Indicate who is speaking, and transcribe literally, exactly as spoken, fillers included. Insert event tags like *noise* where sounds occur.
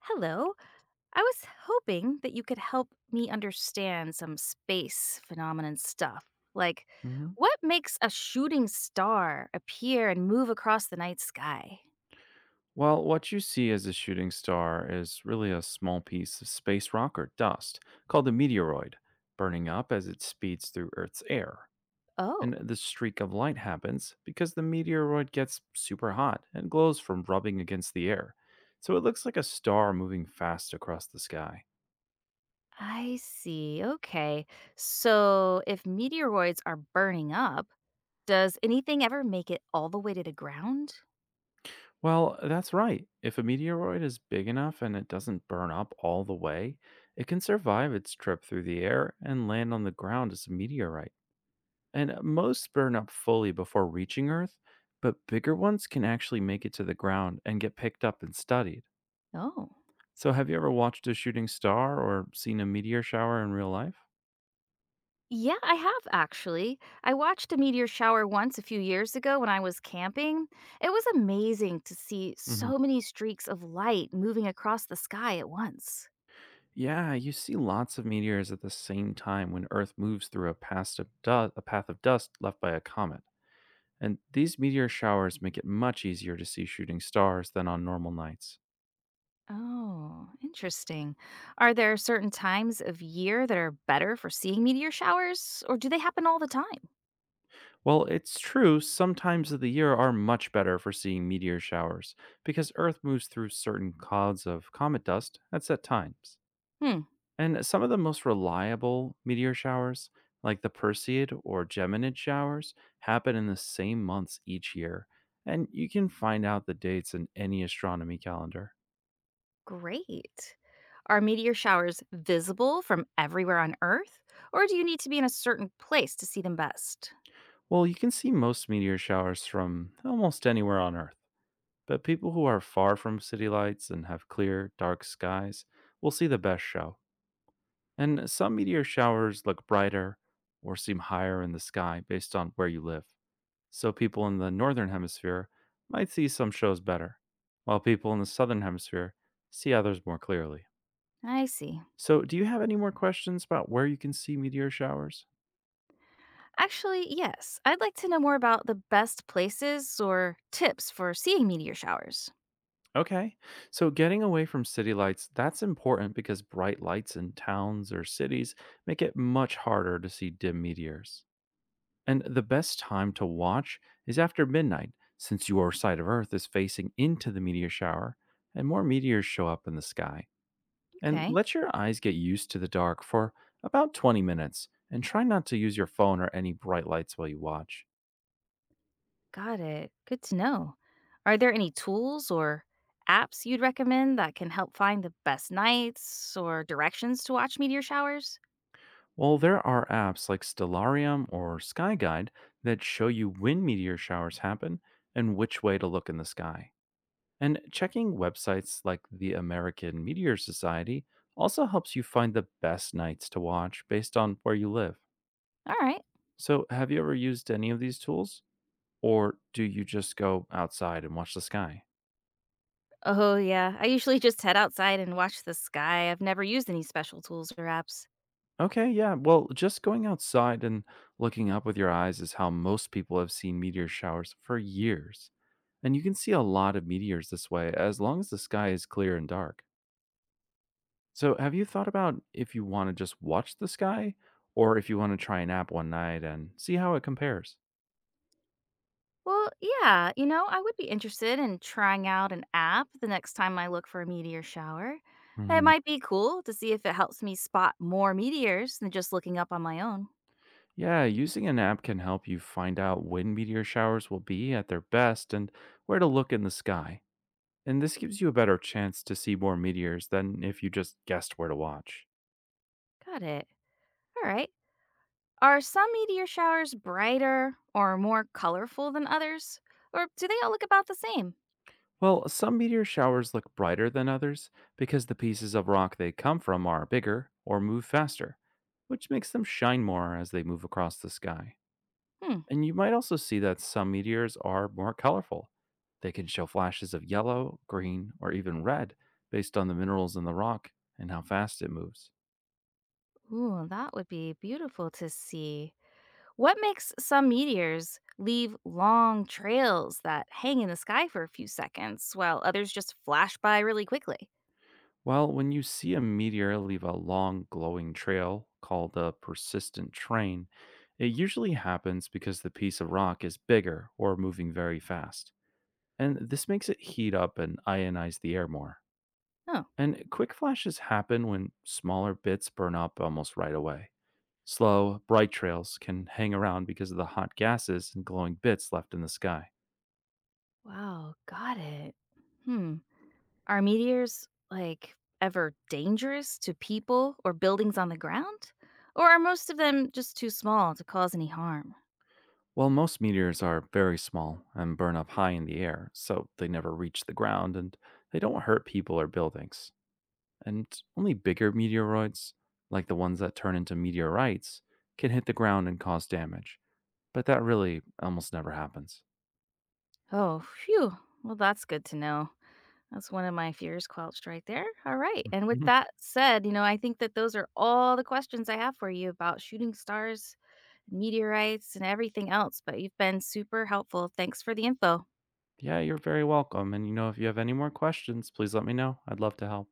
Speaker 1: Hello. I was hoping that you could help me understand some space phenomenon stuff. Like,
Speaker 2: Mhm.
Speaker 1: what makes a shooting star appear and move across the night sky?
Speaker 2: Well, what you see as a shooting star is really a small piece of space rock or dust called a meteoroid, burning up as it speeds through Earth's air.
Speaker 1: Oh,
Speaker 2: And the streak of light happens because the meteoroid gets super hot and glows from rubbing against the air. So it looks like a star moving fast across the sky.
Speaker 1: I see. Okay. So, if meteoroids are burning up, does anything ever make it all the way to the ground?
Speaker 2: Well, that's right. If a meteoroid is big enough and it doesn't burn up all the way, it can survive its trip through the air and land on the ground as a meteorite. And uh, most burn up fully before reaching Earth, but bigger ones can actually make it to the ground and get picked up and studied.
Speaker 1: Oh.
Speaker 2: So, have you ever watched a shooting star or seen a meteor shower in real life?
Speaker 1: Yeah, I have actually. I watched a meteor shower once a few years ago when I was camping. It was amazing to see
Speaker 2: Hmm.
Speaker 1: so many streaks of light moving across the sky at once.
Speaker 2: Yeah, you see lots of meteors at the same time when Earth moves through a, path of du- a path of dust left by a comet. And these meteor showers make it much easier to see shooting stars than on normal nights.
Speaker 1: Oh, interesting. Are there certain times of year that are better for seeing meteor showers, or do they happen all the time?
Speaker 2: Well, it's true, some times of the year are much better for seeing meteor showers because Earth moves through certain clouds of comet dust at set times.
Speaker 1: Hmm.
Speaker 2: And some of the most reliable meteor showers, like the Perseid or Geminid showers, happen in the same months each year. And you can find out the dates in any astronomy calendar.
Speaker 1: Great. Are meteor showers visible from everywhere on Earth, or do you need to be in a certain place to see them best?
Speaker 2: Well, you can see most meteor showers from almost anywhere on Earth, but people who are far from city lights and have clear, dark skies will see the best show. And some meteor showers look brighter or seem higher in the sky based on where you live. So people in the northern hemisphere might see some shows better, while people in the southern hemisphere see others more clearly.
Speaker 1: I see.
Speaker 2: So, do you have any more questions about where you can see meteor showers?
Speaker 1: Actually, yes. I'd like to know more about the best places or tips for seeing meteor showers.
Speaker 2: Okay. So, getting away from city lights, that's important because bright lights in towns or cities make it much harder to see dim meteors. And the best time to watch is after midnight, since your side of Earth is facing into the meteor shower and more meteors show up in the sky. And
Speaker 1: Okay,
Speaker 2: let your eyes get used to the dark for about twenty minutes and try not to use your phone or any bright lights while you watch.
Speaker 1: got it. Good to know. Are there any tools or apps you'd recommend that can help find the best nights or directions to watch meteor showers?
Speaker 2: Well, there are apps like Stellarium or Sky Guide that show you when meteor showers happen and which way to look in the sky. And checking websites like the American Meteor Society also helps you find the best nights to watch based on where you live.
Speaker 1: All right.
Speaker 2: So, have you ever used any of these tools? Or do you just go outside and watch the sky?
Speaker 1: Oh, yeah. I usually just head outside and watch the sky. I've never used any special tools or apps.
Speaker 2: Okay, yeah. Well, just going outside and looking up with your eyes is how most people have seen meteor showers for years. And you can see a lot of meteors this way as long as the sky is clear and dark. So, have you thought about if you want to just watch the sky or if you want to try an app one night and see how it compares?
Speaker 1: Well, yeah, you know, I would be interested in trying out an app the next time I look for a meteor shower. It
Speaker 2: Mhm.
Speaker 1: might be cool to see if it helps me spot more meteors than just looking up on my own.
Speaker 2: Yeah, using an app can help you find out when meteor showers will be at their best and where to look in the sky. And this gives you a better chance to see more meteors than if you just guessed where to watch.
Speaker 1: Got it. All right. Are some meteor showers brighter or more colorful than others? Or do they all look about the same?
Speaker 2: Well, some meteor showers look brighter than others because the pieces of rock they come from are bigger or move faster, which makes them shine more as they move across the sky.
Speaker 1: Hmm.
Speaker 2: And you might also see that some meteors are more colorful. They can show flashes of yellow, green, or even red based on the minerals in the rock and how fast it moves.
Speaker 1: Ooh, that would be beautiful to see. What makes some meteors leave long trails that hang in the sky for a few seconds while others just flash by really quickly?
Speaker 2: Well, when you see a meteor leave a long, glowing trail called a persistent train, it usually happens because the piece of rock is bigger or moving very fast. And this makes it heat up and ionize the air more.
Speaker 1: Oh,
Speaker 2: And quick flashes happen when smaller bits burn up almost right away. Slow, bright trails can hang around because of the hot gases and glowing bits left in the sky.
Speaker 1: wow. Got it. Hmm. Are meteors like ever dangerous to people or buildings on the ground? Or are most of them just too small to cause any harm?
Speaker 2: While most meteors are very small and burn up high in the air, so they never reach the ground and they don't hurt people or buildings. And only bigger meteoroids, like the ones that turn into meteorites, can hit the ground and cause damage. But that really almost never happens.
Speaker 1: Oh, phew. Well, that's good to know. That's one of my fears quelched right there. All right. And
Speaker 2: Mhm.
Speaker 1: with
Speaker 2: *laughs*
Speaker 1: that said, you know, I think that those are all the questions I have for you about shooting stars, meteorites, and everything else. But you've been super helpful. Thanks for the info.
Speaker 2: Yeah, you're very welcome. And you know, if you have any more questions, please let me know. I'd love to help.